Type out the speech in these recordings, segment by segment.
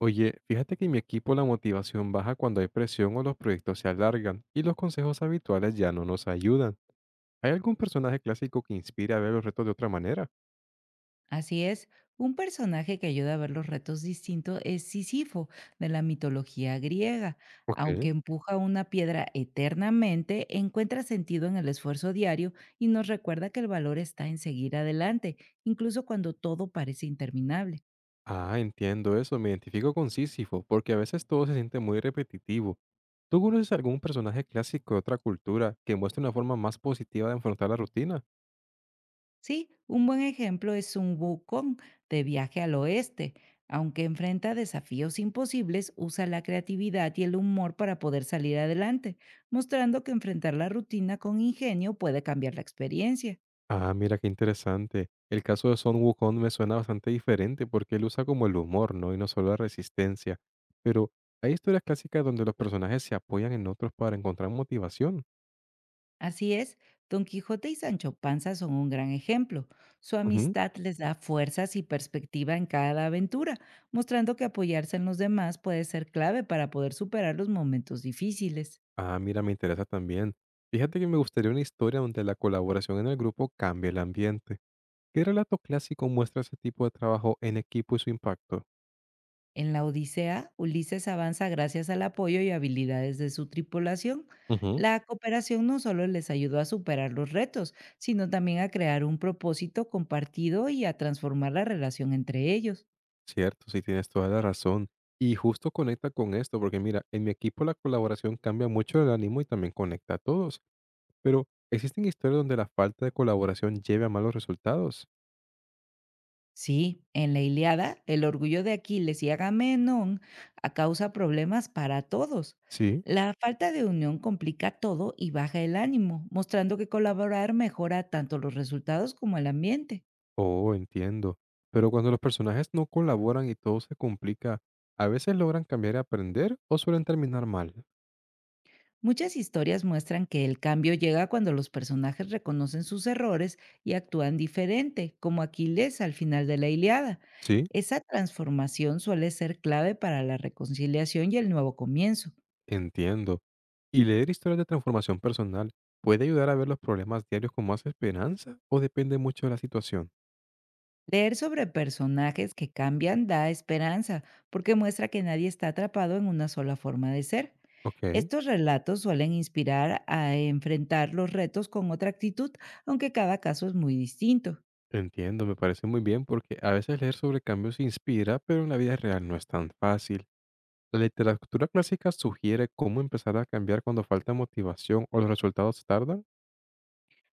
Oye, fíjate que en mi equipo la motivación baja cuando hay presión o los proyectos se alargan y los consejos habituales ya no nos ayudan. ¿Hay algún personaje clásico que inspire a ver los retos de otra manera? Así es, un personaje que ayuda a ver los retos distintos es Sísifo, de la mitología griega. Aunque Ok. empuja una piedra eternamente, encuentra sentido en el esfuerzo diario y nos recuerda que el valor está en seguir adelante, incluso cuando todo parece interminable. Ah, entiendo eso, me identifico con Sísifo, porque a veces todo se siente muy repetitivo. ¿Tú conoces algún personaje clásico de otra cultura que muestre una forma más positiva de enfrentar la rutina? Sí, un buen ejemplo es un Wukong de Viaje al Oeste. Aunque enfrenta desafíos imposibles, usa la creatividad y el humor para poder salir adelante, mostrando que enfrentar la rutina con ingenio puede cambiar la experiencia. Ah, mira qué interesante. El caso de Son Wukong me suena bastante diferente porque él usa como el humor, ¿no? Y no solo la resistencia. Pero hay historias clásicas donde los personajes se apoyan en otros para encontrar motivación. Así es, Don Quijote y Sancho Panza son un gran ejemplo. Su Ujú. amistad les da fuerzas y perspectiva en cada aventura, mostrando que apoyarse en los demás puede ser clave para poder superar los momentos difíciles. Ah, mira, me interesa también. Fíjate que me gustaría una historia donde la colaboración en el grupo cambie el ambiente. ¿Qué relato clásico muestra ese tipo de trabajo en equipo y su impacto? En la Odisea, Ulises avanza gracias al apoyo y habilidades de su tripulación. Ujú. La cooperación no solo les ayudó a superar los retos, sino también a crear un propósito compartido y a transformar la relación entre ellos. Cierto, sí tienes toda la razón. Y justo conecta con esto, porque mira, en mi equipo la colaboración cambia mucho el ánimo y también conecta a todos. Pero, ¿existen historias donde la falta de colaboración lleve a malos resultados? Sí, en la Iliada, el orgullo de Aquiles y Agamenón causa problemas para todos. Sí. La falta de unión complica todo y baja el ánimo, mostrando que colaborar mejora tanto los resultados como el ambiente. Oh, entiendo. Pero cuando los personajes no colaboran y todo se complica, ¿a veces logran cambiar y aprender o suelen terminar mal? Muchas historias muestran que el cambio llega cuando los personajes reconocen sus errores y actúan diferente, como Aquiles al final de la Iliada. Sí, Esa transformación suele ser clave para la reconciliación y el nuevo comienzo. entiendo. ¿Y leer historias de transformación personal puede ayudar a ver los problemas diarios con más esperanza o depende mucho de la situación? Leer sobre personajes que cambian da esperanza, porque muestra que nadie está atrapado en una sola forma de ser. Ok. Estos relatos suelen inspirar a enfrentar los retos con otra actitud, aunque cada caso es muy distinto. Entiendo, me parece muy bien porque a veces leer sobre cambios inspira, pero en la vida real no es tan fácil. La literatura clásica sugiere cómo empezar a cambiar cuando falta motivación o los resultados tardan.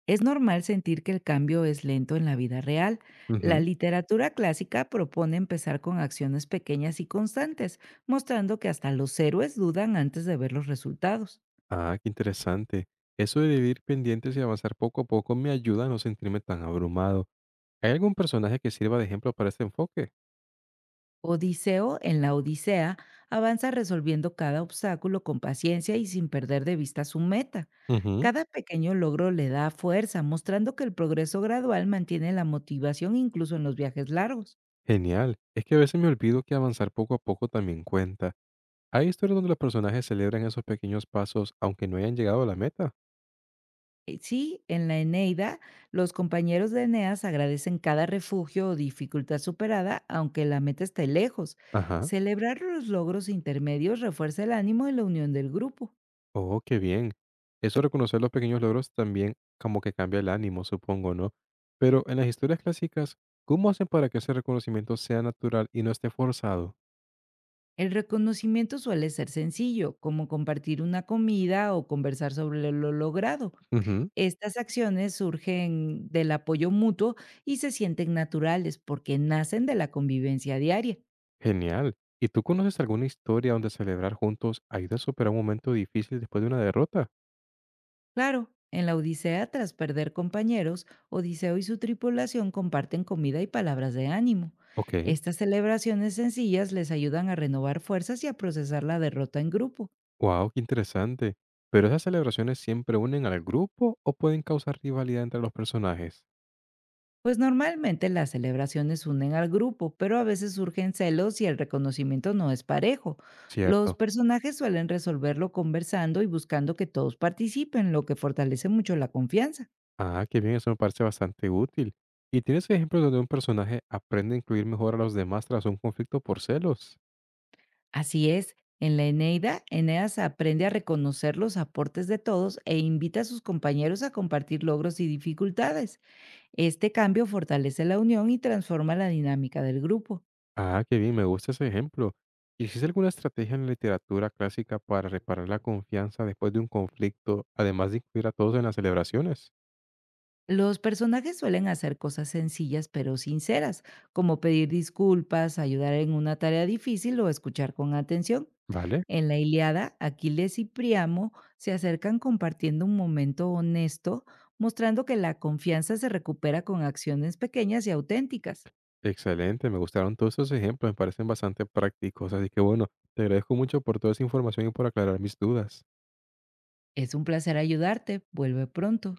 Es normal sentir que el cambio es lento en la vida real. La Ujú. literatura clásica propone empezar con acciones pequeñas y constantes, mostrando que hasta los héroes dudan antes de ver los resultados. Ah, qué interesante. Eso de vivir pendientes y avanzar poco a poco me ayuda a no sentirme tan abrumado. ¿Hay algún personaje que sirva de ejemplo para este enfoque? Odiseo, en la Odisea, avanza resolviendo cada obstáculo con paciencia y sin perder de vista su meta. Ujú. Cada pequeño logro le da fuerza, mostrando que el progreso gradual mantiene la motivación incluso en los viajes largos. Genial. Es que a veces me olvido que avanzar poco a poco también cuenta. Hay historias donde los personajes celebran esos pequeños pasos aunque no hayan llegado a la meta. Sí, en la Eneida, los compañeros de Eneas agradecen cada refugio o dificultad superada, aunque la meta esté lejos. Ajá. Celebrar los logros intermedios refuerza el ánimo y la unión del grupo. Oh, qué bien. Eso de reconocer los pequeños logros también como que cambia el ánimo, supongo, ¿no? Pero en las historias clásicas, ¿cómo hacen para que ese reconocimiento sea natural y no esté forzado? El reconocimiento suele ser sencillo, como compartir una comida o conversar sobre lo logrado. Ujú. Estas acciones surgen del apoyo mutuo y se sienten naturales porque nacen de la convivencia diaria. Genial. ¿Y tú conoces alguna historia donde celebrar juntos ayuda a superar un momento difícil después de una derrota? Claro, en la Odisea, tras perder compañeros, Odiseo y su tripulación comparten comida y palabras de ánimo. Ok. Estas celebraciones sencillas les ayudan a renovar fuerzas y a procesar la derrota en grupo, Wow, qué interesante. ¿Pero esas celebraciones siempre unen al grupo o pueden causar rivalidad entre los personajes? pues normalmente las celebraciones unen al grupo, pero a veces surgen celos y el reconocimiento no es parejo. Los Cierto. personajes suelen resolverlo conversando y buscando que todos participen, lo que fortalece mucho la confianza. Ah, qué bien, eso me parece bastante útil. ¿Y tienes ejemplos donde un personaje aprende a incluir mejor a los demás tras un conflicto por celos? Así es, en la Eneida, Eneas aprende a reconocer los aportes de todos e invita a sus compañeros a compartir logros y dificultades. Este cambio fortalece la unión y transforma la dinámica del grupo. Ah, qué bien, me gusta ese ejemplo. ¿Y existe alguna estrategia en la literatura clásica para reparar la confianza después de un conflicto, además de incluir a todos en las celebraciones? Los personajes suelen hacer cosas sencillas pero sinceras, como pedir disculpas, ayudar en una tarea difícil o escuchar con atención. Vale, En la Ilíada, Aquiles y Priamo se acercan compartiendo un momento honesto, mostrando que la confianza se recupera con acciones pequeñas y auténticas. excelente, me gustaron todos esos ejemplos, me parecen bastante prácticos, así que bueno, te agradezco mucho por toda esa información y por aclarar mis dudas. Es un placer ayudarte. Vuelve pronto.